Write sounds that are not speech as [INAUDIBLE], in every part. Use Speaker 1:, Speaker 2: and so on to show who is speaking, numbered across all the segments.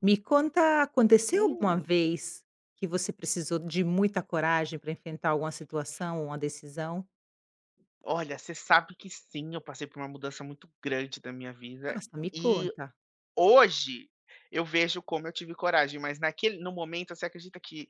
Speaker 1: Me conta, aconteceu alguma
Speaker 2: Hum,
Speaker 1: vez que você precisou de muita coragem para enfrentar alguma situação uma decisão?
Speaker 2: Olha, você sabe que sim, eu passei por uma mudança muito grande da minha vida
Speaker 1: Nossa, me
Speaker 2: e
Speaker 1: conta.
Speaker 2: hoje eu vejo como eu tive coragem, mas naquele no momento você acredita que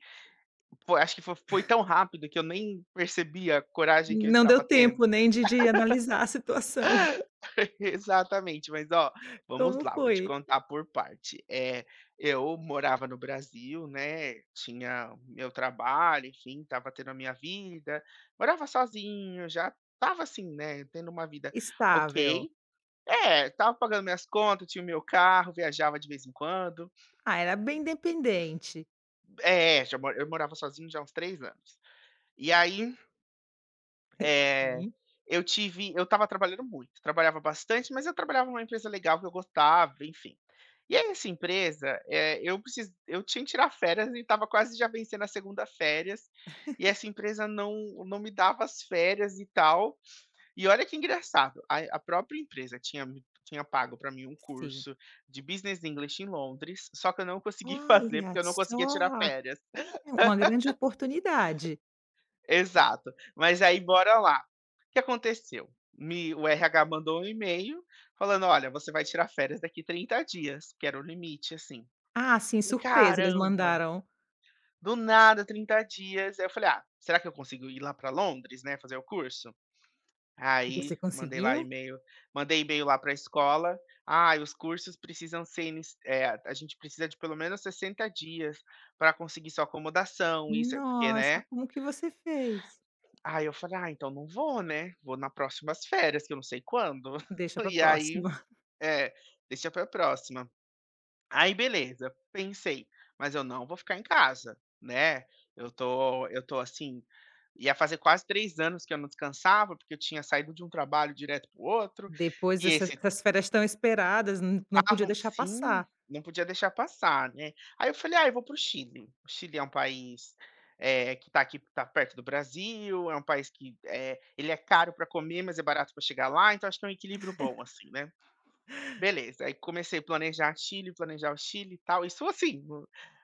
Speaker 2: foi acho que foi tão rápido que eu nem percebi a coragem que eu
Speaker 1: Não
Speaker 2: estava
Speaker 1: deu
Speaker 2: tendo.
Speaker 1: tempo nem de analisar a situação. [LAUGHS]
Speaker 2: [LAUGHS] Exatamente, mas ó, vamos
Speaker 1: Como
Speaker 2: lá, vou
Speaker 1: foi?
Speaker 2: te contar por parte. Eu morava no Brasil, né, tinha meu trabalho, enfim, estava tendo a minha vida, morava sozinho, já estava assim, né, tendo uma vida ok.
Speaker 1: Estável.
Speaker 2: Tava pagando minhas contas, tinha o meu carro, viajava de vez em quando.
Speaker 1: Ah, era bem dependente.
Speaker 2: É, já mo eu morava sozinho já há uns 3 anos. E aí,
Speaker 1: [LAUGHS]
Speaker 2: eh,
Speaker 1: Sim,
Speaker 2: eu tava trabalhando muito, trabalhava bastante, mas eu trabalhava numa empresa legal que eu gostava, enfim. E aí essa empresa, eu tinha que tirar férias e estava quase já vencendo a segunda férias, e essa empresa não me dava as férias e tal. E olha que engraçado, a própria empresa tinha pago para mim um
Speaker 1: sim.
Speaker 2: curso de Business English em Londres, só que eu não consegui [LAUGHS] fazer,
Speaker 1: Olha
Speaker 2: porque eu não conseguia tirar
Speaker 1: só,
Speaker 2: férias.
Speaker 1: é uma grande oportunidade.
Speaker 2: Exato. Mas aí bora lá. O que aconteceu? Me O RH mandou um e-mail falando: "Olha, você vai tirar férias daqui 30 dias", que era o limite, assim.
Speaker 1: Ah, sim,
Speaker 2: Falei:
Speaker 1: surpresa, eles
Speaker 2: "Caramba,
Speaker 1: mandaram.
Speaker 2: do nada 30 dias". Aí eu falei: "Ah, será que eu consigo ir lá para Londres, né, fazer o curso?".
Speaker 1: E você
Speaker 2: Aí
Speaker 1: conseguiu?
Speaker 2: mandei e-mail lá para a escola: "Ah, os cursos precisam ser inici eh, a gente precisa de pelo menos 60 dias para conseguir sua acomodação, isso" é- porque,
Speaker 1: Nossa,
Speaker 2: né.
Speaker 1: como que você fez?
Speaker 2: Aí eu falei: "Ah, então não vou, né, vou nas próximas férias, que eu não sei quando". [LAUGHS]
Speaker 1: Deixa para
Speaker 2: E aí
Speaker 1: próxima.
Speaker 2: é, deixa para a próxima. Aí beleza, pensei: "Mas eu não vou ficar em casa, né". Eu tô assim, ia fazer quase 3 anos que eu não descansava, porque eu tinha saído de um trabalho direto pro outro,
Speaker 1: Depois
Speaker 2: e
Speaker 1: essas
Speaker 2: esse
Speaker 1: essas férias tão esperadas, não podia
Speaker 2: tava,
Speaker 1: deixar
Speaker 2: sim,
Speaker 1: passar,
Speaker 2: não podia deixar passar, né. Aí eu falei: "Ah, eu vou pro Chile". O Chile é um país, que tá aqui tá perto do Brasil, é um país que, é, ele é caro para comer, mas é barato para chegar lá, então acho que é um equilíbrio bom, assim, né. Beleza, aí comecei a planejar o Chile e tal, isso assim,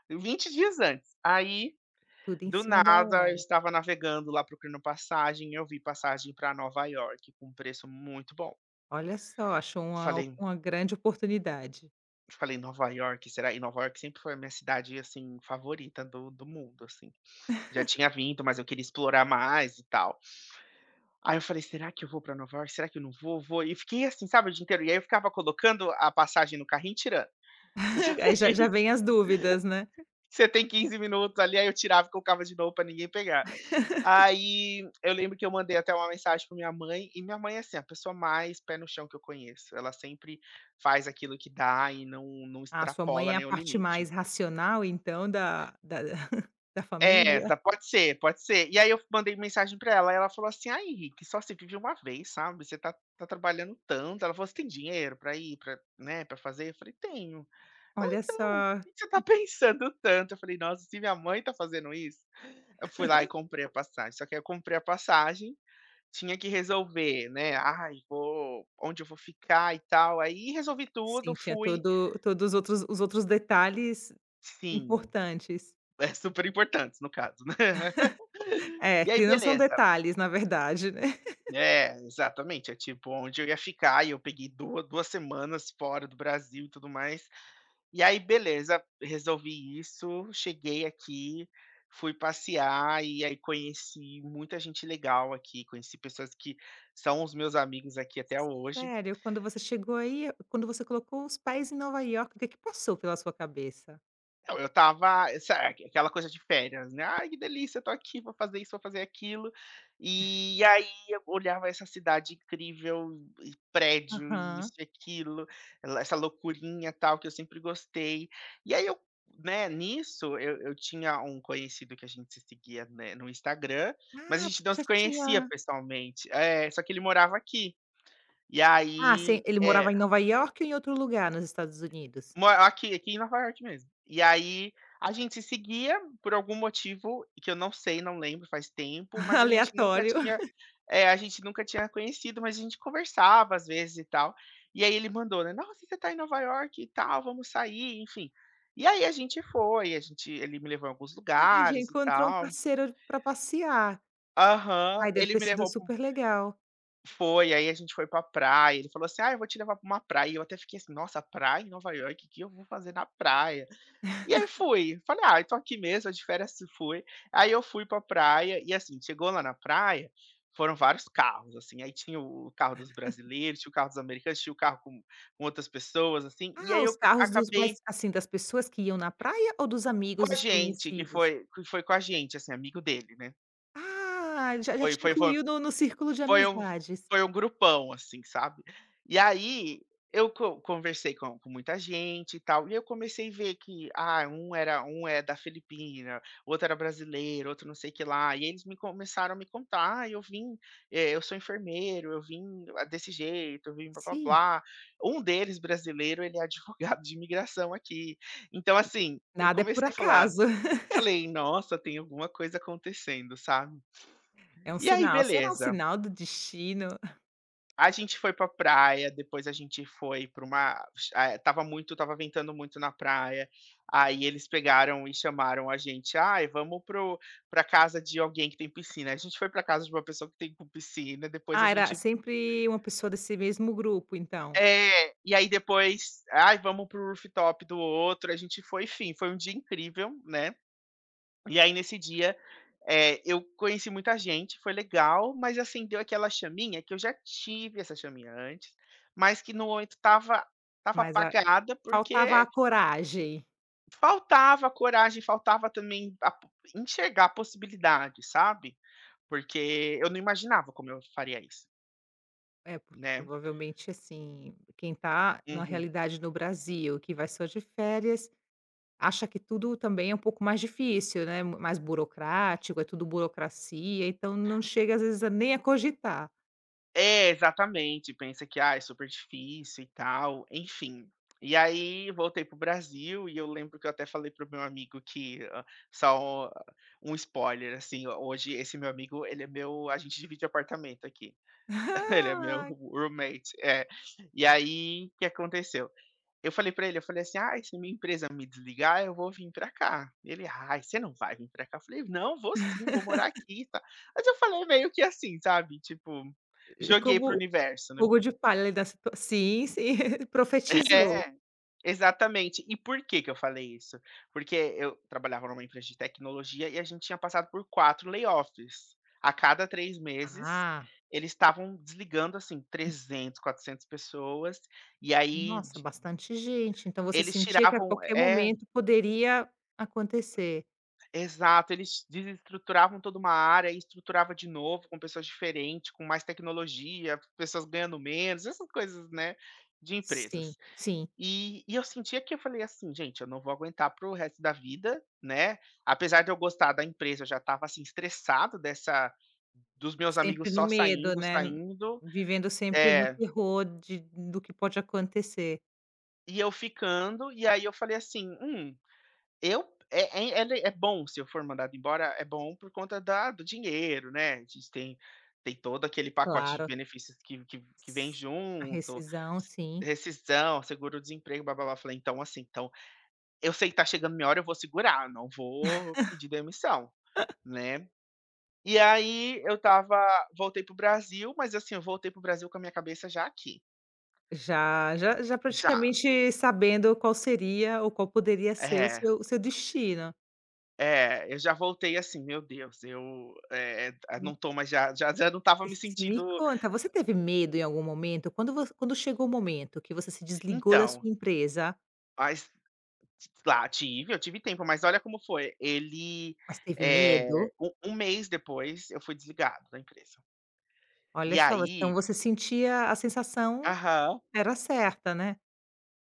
Speaker 2: no 20 dias antes. Aí,
Speaker 1: tudo em
Speaker 2: do
Speaker 1: cima da
Speaker 2: nada, eu
Speaker 1: hora.
Speaker 2: estava navegando lá procurando passagem, eu vi passagem para Nova York com um preço muito bom.
Speaker 1: Olha só, achou uma
Speaker 2: Falei
Speaker 1: uma grande oportunidade.
Speaker 2: Falei: "Nova York, será?" E Nova York sempre foi a minha cidade, assim, favorita do mundo, assim. Já tinha vindo, mas eu queria explorar mais e tal. Aí eu falei: "Será que eu vou para Nova York? Será que eu não vou? Vou?" E fiquei assim, sabe, o dia inteiro. E aí eu ficava colocando a passagem no carrinho e tirando.
Speaker 1: [LAUGHS] Aí já
Speaker 2: [LAUGHS]
Speaker 1: já
Speaker 2: Sabe?
Speaker 1: vem as dúvidas, né.
Speaker 2: Você tem 15 minutos ali, aí eu tirava e colocava de novo pra ninguém pegar. Aí eu lembro que eu mandei até uma mensagem pra minha mãe, e minha mãe é assim, é a pessoa mais pé no chão que eu conheço. Ela sempre faz aquilo que dá e não
Speaker 1: Ah, sua mãe
Speaker 2: extrapola
Speaker 1: é a
Speaker 2: nenhum
Speaker 1: parte
Speaker 2: limite.
Speaker 1: mais racional então da da [LAUGHS] da
Speaker 2: É,
Speaker 1: família?
Speaker 2: tá- pode ser, pode ser. E aí eu mandei mensagem pra ela, e ela falou assim: "Ai, Henrique, só se vive uma vez, sabe? Você tá, tá trabalhando tanto". Ela falou: "Você tem dinheiro pra ir, pra, né, para fazer?". Eu falei: "Tenho". Ou
Speaker 1: Olha
Speaker 2: então,
Speaker 1: só,
Speaker 2: "Por que que você tá [LAUGHS] pensando tanto?" Eu falei: "Nossa, se minha mãe tá fazendo isso", eu fui lá e comprei a passagem. Só que aí eu comprei a passagem, tinha que resolver, né, "Ai, vou onde eu vou ficar e tal". Aí resolvi
Speaker 1: sim,
Speaker 2: tudo,
Speaker 1: tinha
Speaker 2: fui
Speaker 1: todos os outros detalhes
Speaker 2: sim,
Speaker 1: importantes.
Speaker 2: é super importante, no caso, né. [LAUGHS]
Speaker 1: É,
Speaker 2: E aí
Speaker 1: que não são
Speaker 2: beleza.
Speaker 1: detalhes na verdade, né.
Speaker 2: É, exatamente, é tipo onde eu ia ficar e eu peguei duas 2 semanas fora do Brasil e tudo mais. E aí beleza, resolvi isso, cheguei aqui, fui passear e aí conheci muita gente legal aqui, conheci pessoas que são os meus amigos aqui até hoje.
Speaker 1: Sério, quando você colocou os pés em Nova York, o que que passou pela sua cabeça?
Speaker 2: Eu estava, sabe, aquela coisa de férias, né, "Ai, que delícia, tô aqui, vou fazer isso, vou fazer aquilo". E aí eu olhava essa cidade incrível e prédio e isso
Speaker 1: Aham.
Speaker 2: e aquilo, ela essa loucurinha, tal, que eu sempre gostei. E aí né, nisso eu tinha um conhecido que a gente se seguia, né, no Instagram, mas a
Speaker 1: Ah,
Speaker 2: gente não se
Speaker 1: você já
Speaker 2: conhecia
Speaker 1: tinha
Speaker 2: pessoalmente. É, só que ele morava aqui. E
Speaker 1: ah,
Speaker 2: aí
Speaker 1: sim, ele morava
Speaker 2: é,
Speaker 1: em Nova York ou em outro lugar nos Estados Unidos?
Speaker 2: Mora aqui, aqui em Nova York mesmo. E aí, a gente se seguia por algum motivo que eu não sei, não lembro, faz tempo,
Speaker 1: [LAUGHS]
Speaker 2: mas a gente nunca
Speaker 1: Aleatório.
Speaker 2: tinha é, a gente nunca tinha conhecido, mas a gente conversava às vezes e tal. E aí ele mandou, né: "Nossa, você tá em Nova York e tal, vamos sair", enfim. E aí a gente foi, a gente ele me levou em alguns
Speaker 1: Ai, já
Speaker 2: lugares e
Speaker 1: encontrou um
Speaker 2: tal.
Speaker 1: parceiro para passear.
Speaker 2: Aham,
Speaker 1: Ai, deve
Speaker 2: ele
Speaker 1: ter
Speaker 2: me
Speaker 1: sido
Speaker 2: levou para um
Speaker 1: super legal.
Speaker 2: foi, aí a gente foi pra praia, ele falou assim: "Ah, eu vou te levar pra uma praia", e eu até fiquei assim: "Nossa, praia em Nova York, o que eu vou fazer na praia?" E aí fui, falei: "Ah, eu tô aqui mesmo, de férias", se fui. Aí eu fui pra praia e, assim, chegou lá na praia, foram vários carros, assim, aí tinha o carro dos brasileiros, tinha o carro dos americanos, tinha o carro com outras pessoas, assim, e
Speaker 1: Ah,
Speaker 2: aí eu
Speaker 1: os carros dos mas,
Speaker 2: acabei
Speaker 1: assim, das pessoas que iam na praia ou dos
Speaker 2: com
Speaker 1: amigos,
Speaker 2: a
Speaker 1: dos
Speaker 2: gente,
Speaker 1: conhecidos?
Speaker 2: que foi com a gente, assim, amigo dele, né.
Speaker 1: Ah, já
Speaker 2: Foi
Speaker 1: te
Speaker 2: foi foi
Speaker 1: incluiu no círculo de
Speaker 2: Foi um
Speaker 1: amizades.
Speaker 2: foi um grupão, assim, sabe. E aí, eu co conversei com muita gente e tal, e eu comecei a ver que, ah, um era um é da Filipina, outro era brasileiro, outro não sei o que lá, e eles me começaram a me contar: "Ah, eu vim, eu sou enfermeiro, eu vim ah, desse jeito, eu vim
Speaker 1: Sim,
Speaker 2: blá-blá-blá". Um deles brasileiro, ele é [LAUGHS] advogado de imigração aqui. Então, assim, eu
Speaker 1: nada é por
Speaker 2: comecei a falar
Speaker 1: acaso. [LAUGHS]
Speaker 2: falei: "Nossa, tem alguma coisa acontecendo", sabe.
Speaker 1: É um
Speaker 2: E aí,
Speaker 1: sinal. Será um
Speaker 2: beleza.
Speaker 1: sinal do destino?
Speaker 2: A gente foi pra praia, depois a gente foi pra uma estava muito tava ventando muito na praia, aí eles pegaram e chamaram a gente: "Ai, vamos para pra casa de alguém que tem piscina". A gente foi pra casa de uma pessoa que tem com piscina, depois a
Speaker 1: Ah, era
Speaker 2: gente
Speaker 1: sempre uma pessoa desse mesmo grupo, então.
Speaker 2: é, e aí depois: "Ai, vamos para o rooftop do outro". A gente foi, enfim, foi um dia incrível, né. E aí nesse dia É, eu conheci muita gente, foi legal, mas acendeu aquela chaminha que eu já tive essa chaminha antes, mas que no momento estava
Speaker 1: Mas a
Speaker 2: apagada,
Speaker 1: Faltava a
Speaker 2: porque
Speaker 1: coragem.
Speaker 2: faltava coragem, faltava também a po enxergar a possibilidade, sabe. Porque eu não imaginava como eu faria isso,
Speaker 1: É, porque
Speaker 2: né.
Speaker 1: provavelmente, assim, quem tá na
Speaker 2: Uhum.
Speaker 1: realidade no Brasil, que vai só de férias, acha que tudo também é um pouco mais difícil, né, mais burocrático, é tudo burocracia, então não chega às vezes a nem a cogitar.
Speaker 2: É, exatamente. Pensa que, ah, é super difícil e tal, enfim. E aí voltei pro Brasil e eu lembro que eu até falei pro meu amigo que ah, só um spoiler, assim, hoje esse meu amigo, ele é meu a gente divide apartamento aqui.
Speaker 1: [LAUGHS]
Speaker 2: [LAUGHS] Ele é meu
Speaker 1: Ah,
Speaker 2: roommate, é. E aí, o que aconteceu? Eu falei pra ele, eu falei assim: "Ai, se minha empresa me desligar, eu vou vir pra cá". Ele: "Ai, você não vai vir pra cá". Eu falei: "Não, vou sim, vou morar aqui e tal". Mas eu falei meio que assim, sabe, tipo, joguei para o
Speaker 1: como o
Speaker 2: universo, né.
Speaker 1: fogo de palha ali da situa sim, sim, [LAUGHS] profetizou.
Speaker 2: É, exatamente. E por que que eu falei isso? Porque eu trabalhava numa empresa de tecnologia e a gente tinha passado por 4 layoffs. A cada 3 meses,
Speaker 1: Ah,
Speaker 2: eles estavam desligando, assim, 300, 400 pessoas, e aí
Speaker 1: nossa,
Speaker 2: de
Speaker 1: bastante gente, então você
Speaker 2: eles
Speaker 1: sentia que a
Speaker 2: tiravam
Speaker 1: qualquer
Speaker 2: é
Speaker 1: momento poderia acontecer.
Speaker 2: Exato, eles desestruturavam toda uma área e estruturava de novo com pessoas diferentes, com mais tecnologia, pessoas ganhando menos, essas coisas, né, de empresas.
Speaker 1: Sim, sim.
Speaker 2: E eu sentia que eu falei assim: "Gente, eu não vou aguentar para o resto da vida", né, apesar de eu gostar da empresa, eu já estava, assim, estressado dessa, dos meus
Speaker 1: Sempre
Speaker 2: amigos
Speaker 1: no
Speaker 2: só
Speaker 1: medo,
Speaker 2: saindo,
Speaker 1: né,
Speaker 2: saindo.
Speaker 1: vivendo sempre no
Speaker 2: É,
Speaker 1: terror de do que pode acontecer.
Speaker 2: e eu ficando, e aí eu falei assim: Eu é é é le é bom se eu for mandado embora, é bom por conta da do dinheiro, né, a gente tem tem todo aquele pacote de
Speaker 1: Claro,
Speaker 2: benefícios que que vem
Speaker 1: s a
Speaker 2: junto,
Speaker 1: rescisão,
Speaker 2: s
Speaker 1: sim.
Speaker 2: rescisão, seguro-desemprego, blá-blá-blá", falei: "Então, assim, então, eu sei que tá chegando minha hora, eu vou segurar, não vou pedir demissão", né. E aí eu tava voltei pro Brasil, mas assim, eu voltei pro Brasil com a minha cabeça já aqui,
Speaker 1: Já
Speaker 2: já.
Speaker 1: praticamente sabendo qual seria ou qual poderia ser o
Speaker 2: É.
Speaker 1: seu o seu destino.
Speaker 2: É, eu já voltei assim: "Meu Deus, eu, não
Speaker 1: Hum,
Speaker 2: tô, mas já não tava me
Speaker 1: sim, me
Speaker 2: sentindo".
Speaker 1: conta, você teve medo em algum momento? Quando vo quando chegou o momento que você se desligou da
Speaker 2: Então,
Speaker 1: sua empresa,
Speaker 2: mas lá tive, eu tive tempo, mas olha como foi, ele,
Speaker 1: mas teve
Speaker 2: eh,
Speaker 1: medo?
Speaker 2: um mês depois eu fui desligado da empresa.
Speaker 1: Olha
Speaker 2: E
Speaker 1: só, então
Speaker 2: aí,
Speaker 1: você sentia a sensação
Speaker 2: aham.
Speaker 1: era certa, né.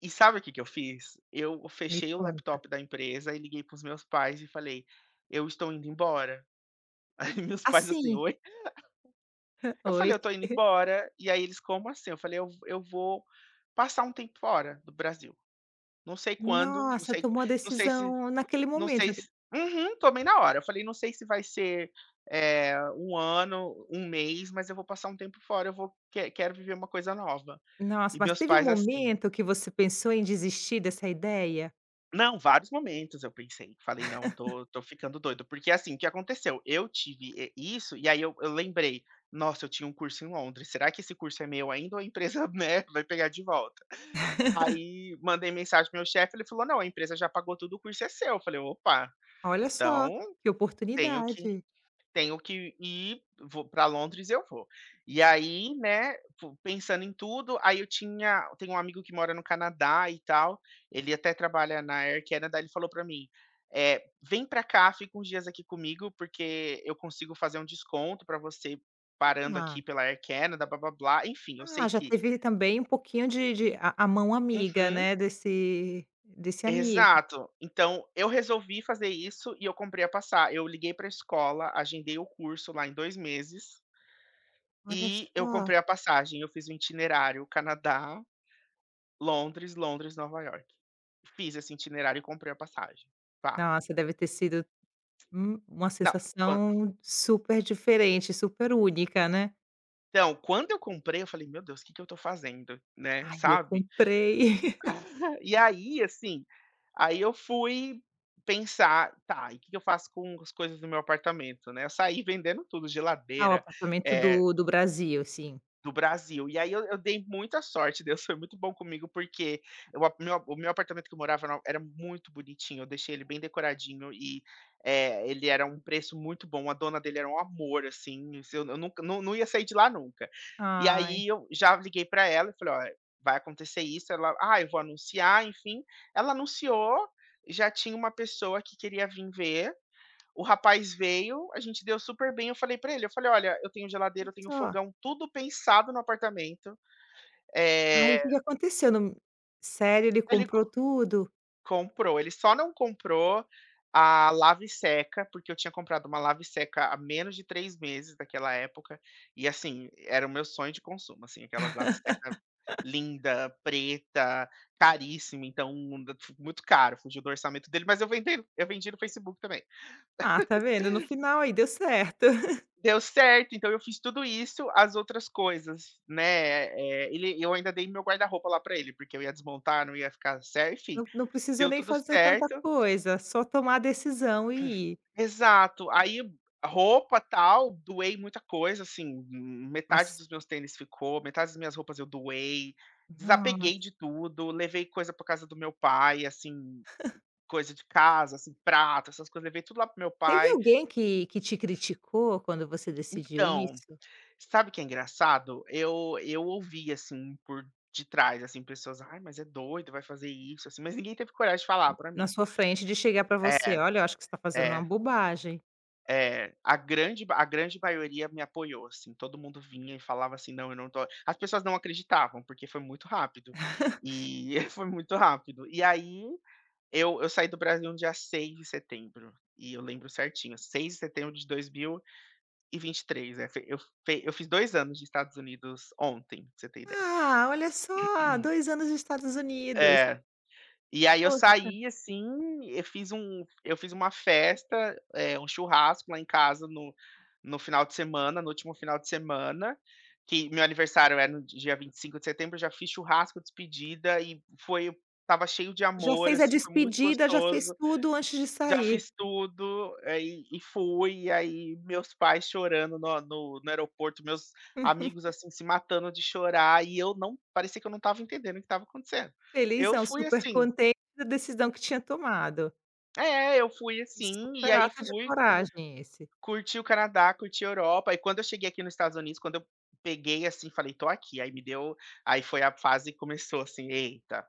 Speaker 2: E sabe o que que eu fiz? Eu
Speaker 1: Me
Speaker 2: fechei o
Speaker 1: conta.
Speaker 2: laptop da empresa e liguei para os meus pais e falei: "Eu estou indo embora". [LAUGHS] Aí meus pais assim:
Speaker 1: Assim
Speaker 2: "Oi?"
Speaker 1: [LAUGHS]
Speaker 2: Eu
Speaker 1: oi.
Speaker 2: falei: "Eu tô indo embora". E aí eles: "Como assim?" Eu falei: "Eu vou passar um tempo fora do Brasil. Não sei quando,
Speaker 1: Nossa, tomou a
Speaker 2: não sei se
Speaker 1: decisão naquele
Speaker 2: não
Speaker 1: momento.
Speaker 2: sei se uhum, tomei na hora". Eu falei: "Não sei se vai ser, 1 ano, um mês, mas eu vou passar um tempo fora, eu vou quero viver uma coisa nova".
Speaker 1: Nossa,
Speaker 2: E
Speaker 1: mas
Speaker 2: meus
Speaker 1: teve um
Speaker 2: pais assim,
Speaker 1: momento que você pensou em desistir dessa ideia?
Speaker 2: não, vários momentos eu pensei, falei: "Não, tô ficando doido", porque assim, o que aconteceu? Eu tive, isso, e aí eu lembrei: "Nossa, eu tinha um curso em Londres, será que esse curso é meu ainda ou a empresa, [LAUGHS] né, vai pegar de volta?". Aí mandei mensagem para meu chefe, ele falou: "Não, a empresa já pagou tudo, o curso é seu". Eu falei: "Opa,
Speaker 1: Olha só,
Speaker 2: então,
Speaker 1: que
Speaker 2: tenho que
Speaker 1: oportunidade.
Speaker 2: tenho que ir, vou pra Londres, eu vou". E aí, né, fu pensando em tudo, aí eu tenho um amigo que mora no Canadá e tal, ele até trabalha na Air Canada, ele falou para mim, "Vem para cá, fica uns dias aqui comigo, porque eu consigo fazer um desconto para você parando aqui
Speaker 1: Ah,
Speaker 2: pela Air Canada, blá-blá-blá", enfim, eu sei
Speaker 1: ah, já
Speaker 2: que
Speaker 1: teve também um pouquinho de a mão amiga,
Speaker 2: uhum,
Speaker 1: né, desse amigo.
Speaker 2: exato. Então, eu resolvi fazer isso e eu comprei a passa eu liguei pra escola, agendei o curso lá em 2 meses.
Speaker 1: Olha
Speaker 2: E eu
Speaker 1: só.
Speaker 2: comprei a passagem, eu fiz o itinerário Canadá, Londres, Londres, Nova York. Fiz esse itinerário e comprei a passagem. Pá.
Speaker 1: Nossa, deve ter sido, uma
Speaker 2: Não, quan
Speaker 1: sensação super diferente, super única, né.
Speaker 2: então, quando eu comprei eu falei: "Meu Deus, o que que eu tô fazendo?", né,
Speaker 1: "Ai, eu
Speaker 2: sabe.
Speaker 1: comprei". [LAUGHS]
Speaker 2: E aí, assim, aí eu fui pensar: "Tá, e o que que eu faço com as coisas do meu apartamento?", né. Eu saí vendendo tudo,
Speaker 1: Ah, o
Speaker 2: geladeira,
Speaker 1: apartamento
Speaker 2: eh
Speaker 1: do Brasil, sim.
Speaker 2: Do Brasil. E aí eu dei muita sorte, Deus foi muito bom comigo, porque o meu apartamento que eu morava era muito bonitinho, eu deixei ele bem decoradinho e, ele era um preço muito bom, a dona dele era um amor, assim, se eu nunca não ia sair de lá nunca. E
Speaker 1: Ai,
Speaker 2: aí eu já liguei para ela e falei: "Ó, vai acontecer isso", ela: "Ah, eu vou anunciar", enfim. Ela anunciou, já tinha uma pessoa que queria vir ver, o rapaz veio, a gente deu super bem, eu falei pra ele, eu falei: "Olha, eu tenho geladeira,
Speaker 1: olha
Speaker 2: eu tenho
Speaker 1: só.
Speaker 2: fogão, tudo pensado no apartamento".
Speaker 1: Aí o
Speaker 2: Eh,
Speaker 1: que que aconteceu no sério, ele
Speaker 2: ele co
Speaker 1: comprou tudo?
Speaker 2: comprou, ele só não comprou a lava e seca, porque eu tinha comprado uma lava e seca há menos de 3 meses daquela época, e assim, era o meu sonho de consumo, assim, aquela lava e seca linda, preta, caríssima, então muito caro, fugiu do orçamento dele, mas eu vendi no Facebook também.
Speaker 1: Ah, tá vendo, no final aí deu certo. [LAUGHS]
Speaker 2: Deu certo, então eu fiz tudo isso, as outras coisas, né, ele eu ainda dei meu guarda-roupa lá pra ele, porque eu ia desmontar, não ia ficar certo, enfim,
Speaker 1: Não precisou
Speaker 2: deu
Speaker 1: nem
Speaker 2: tudo
Speaker 1: fazer tanta
Speaker 2: certo.
Speaker 1: coisa, só tomar a decisão e ir.
Speaker 2: Exato, aí roupa, tal, doei muita coisa, assim, metade
Speaker 1: Mas,
Speaker 2: dos meus tênis ficou, metade das minhas roupas eu doei, desapeguei
Speaker 1: nossa,
Speaker 2: de tudo, levei coisa pra casa do meu pai, assim, coisa de casa, assim, prato, essas coisas, levei tudo lá para meu
Speaker 1: teve
Speaker 2: pai.
Speaker 1: alguém que te criticou quando você decidiu
Speaker 2: Então,
Speaker 1: isso?
Speaker 2: sabe o que é engraçado? Eu ouvi, assim, por de trás, assim, pessoas: "Ai, mas é doido, vai fazer isso", assim, mas ninguém teve coragem de falar pra mim.
Speaker 1: Na sua frente de chegar pra
Speaker 2: É,
Speaker 1: você: "Olha, eu acho que você tá fazendo uma
Speaker 2: é,
Speaker 1: bobagem".
Speaker 2: é. A grande maioria me apoiou, assim, todo mundo vinha e falava assim: "Não, eu não tô", as pessoas não acreditavam, porque foi muito rápido, e [LAUGHS] foi muito rápido. E aí, eu saí do Brasil no dia 6 de setembro, e eu lembro certinho, 6 de setembro de 2023, eh, fe eu fiz 2 anos de Estados Unidos ontem, pra você ter.
Speaker 1: "Ah, olha só, 2 anos nos Estados Unidos.
Speaker 2: É. E aí eu
Speaker 1: Poxa,
Speaker 2: saí, assim, eu fiz uma festa, um churrasco lá em casa no no final de semana, no último final de semana, que meu aniversário é no dia 25 de setembro, eu já fiz churrasco, despedida e foi, tava cheio de
Speaker 1: já
Speaker 2: amor,
Speaker 1: fez a
Speaker 2: assim, foi muito
Speaker 1: despedida, já fez
Speaker 2: gostoso,
Speaker 1: tudo antes de
Speaker 2: já
Speaker 1: sair".
Speaker 2: fiz tudo, e fui, e aí meus pais chorando no aeroporto, meus amigos, assim, se matando de chorar, e eu não parecia que eu não tava entendendo o que tava acontecendo. Eu
Speaker 1: Felizão,
Speaker 2: fui
Speaker 1: super
Speaker 2: assim.
Speaker 1: contente da decisão que tinha tomado.
Speaker 2: É, eu fui
Speaker 1: E
Speaker 2: assim, e
Speaker 1: super
Speaker 2: aí
Speaker 1: ato de
Speaker 2: fui,
Speaker 1: coragem esse.
Speaker 2: curti o Canadá, curti a Europa, e quando eu cheguei aqui nos Estados Unidos, quando eu peguei assim, falei: "Tô aqui", aí me deu, aí foi a fase que começou assim: "Eita,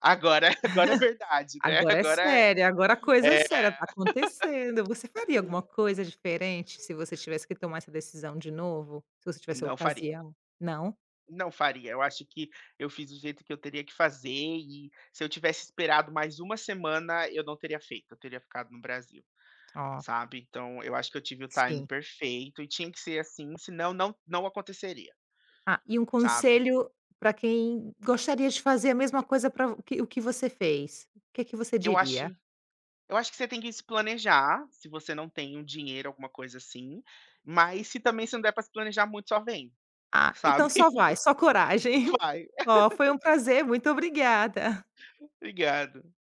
Speaker 2: agora [LAUGHS] agora é verdade, né,
Speaker 1: Agora é
Speaker 2: agora é".
Speaker 1: sério, agora a coisa é
Speaker 2: É,
Speaker 1: séria, tá acontecendo. Você faria alguma coisa diferente se você tivesse que tomar essa decisão de novo? Se você tivesse a
Speaker 2: não faria,
Speaker 1: ocasião? Não?
Speaker 2: não faria. Eu acho que eu fiz do jeito que eu teria que fazer e se eu tivesse esperado mais uma semana, eu não teria feito, eu teria ficado no Brasil,
Speaker 1: Ó,
Speaker 2: sabe. Então eu acho que eu tive o time
Speaker 1: sim.
Speaker 2: perfeito e tinha que ser assim, senão não aconteceria,
Speaker 1: Ah, e um
Speaker 2: sabe.
Speaker 1: conselho para quem gostaria de fazer a mesma coisa para o que você fez, o que é que você
Speaker 2: Eu
Speaker 1: diria?
Speaker 2: acho Eu acho que você tem que se planejar, se você não tem um dinheiro, alguma coisa assim, mas se também se não der para se planejar muito, só vem,
Speaker 1: Ah,
Speaker 2: sabe.
Speaker 1: então só
Speaker 2: [LAUGHS]
Speaker 1: vai, só coragem.
Speaker 2: Só vai.
Speaker 1: [LAUGHS] Ó, foi um prazer, muito obrigada.
Speaker 2: Obrigado.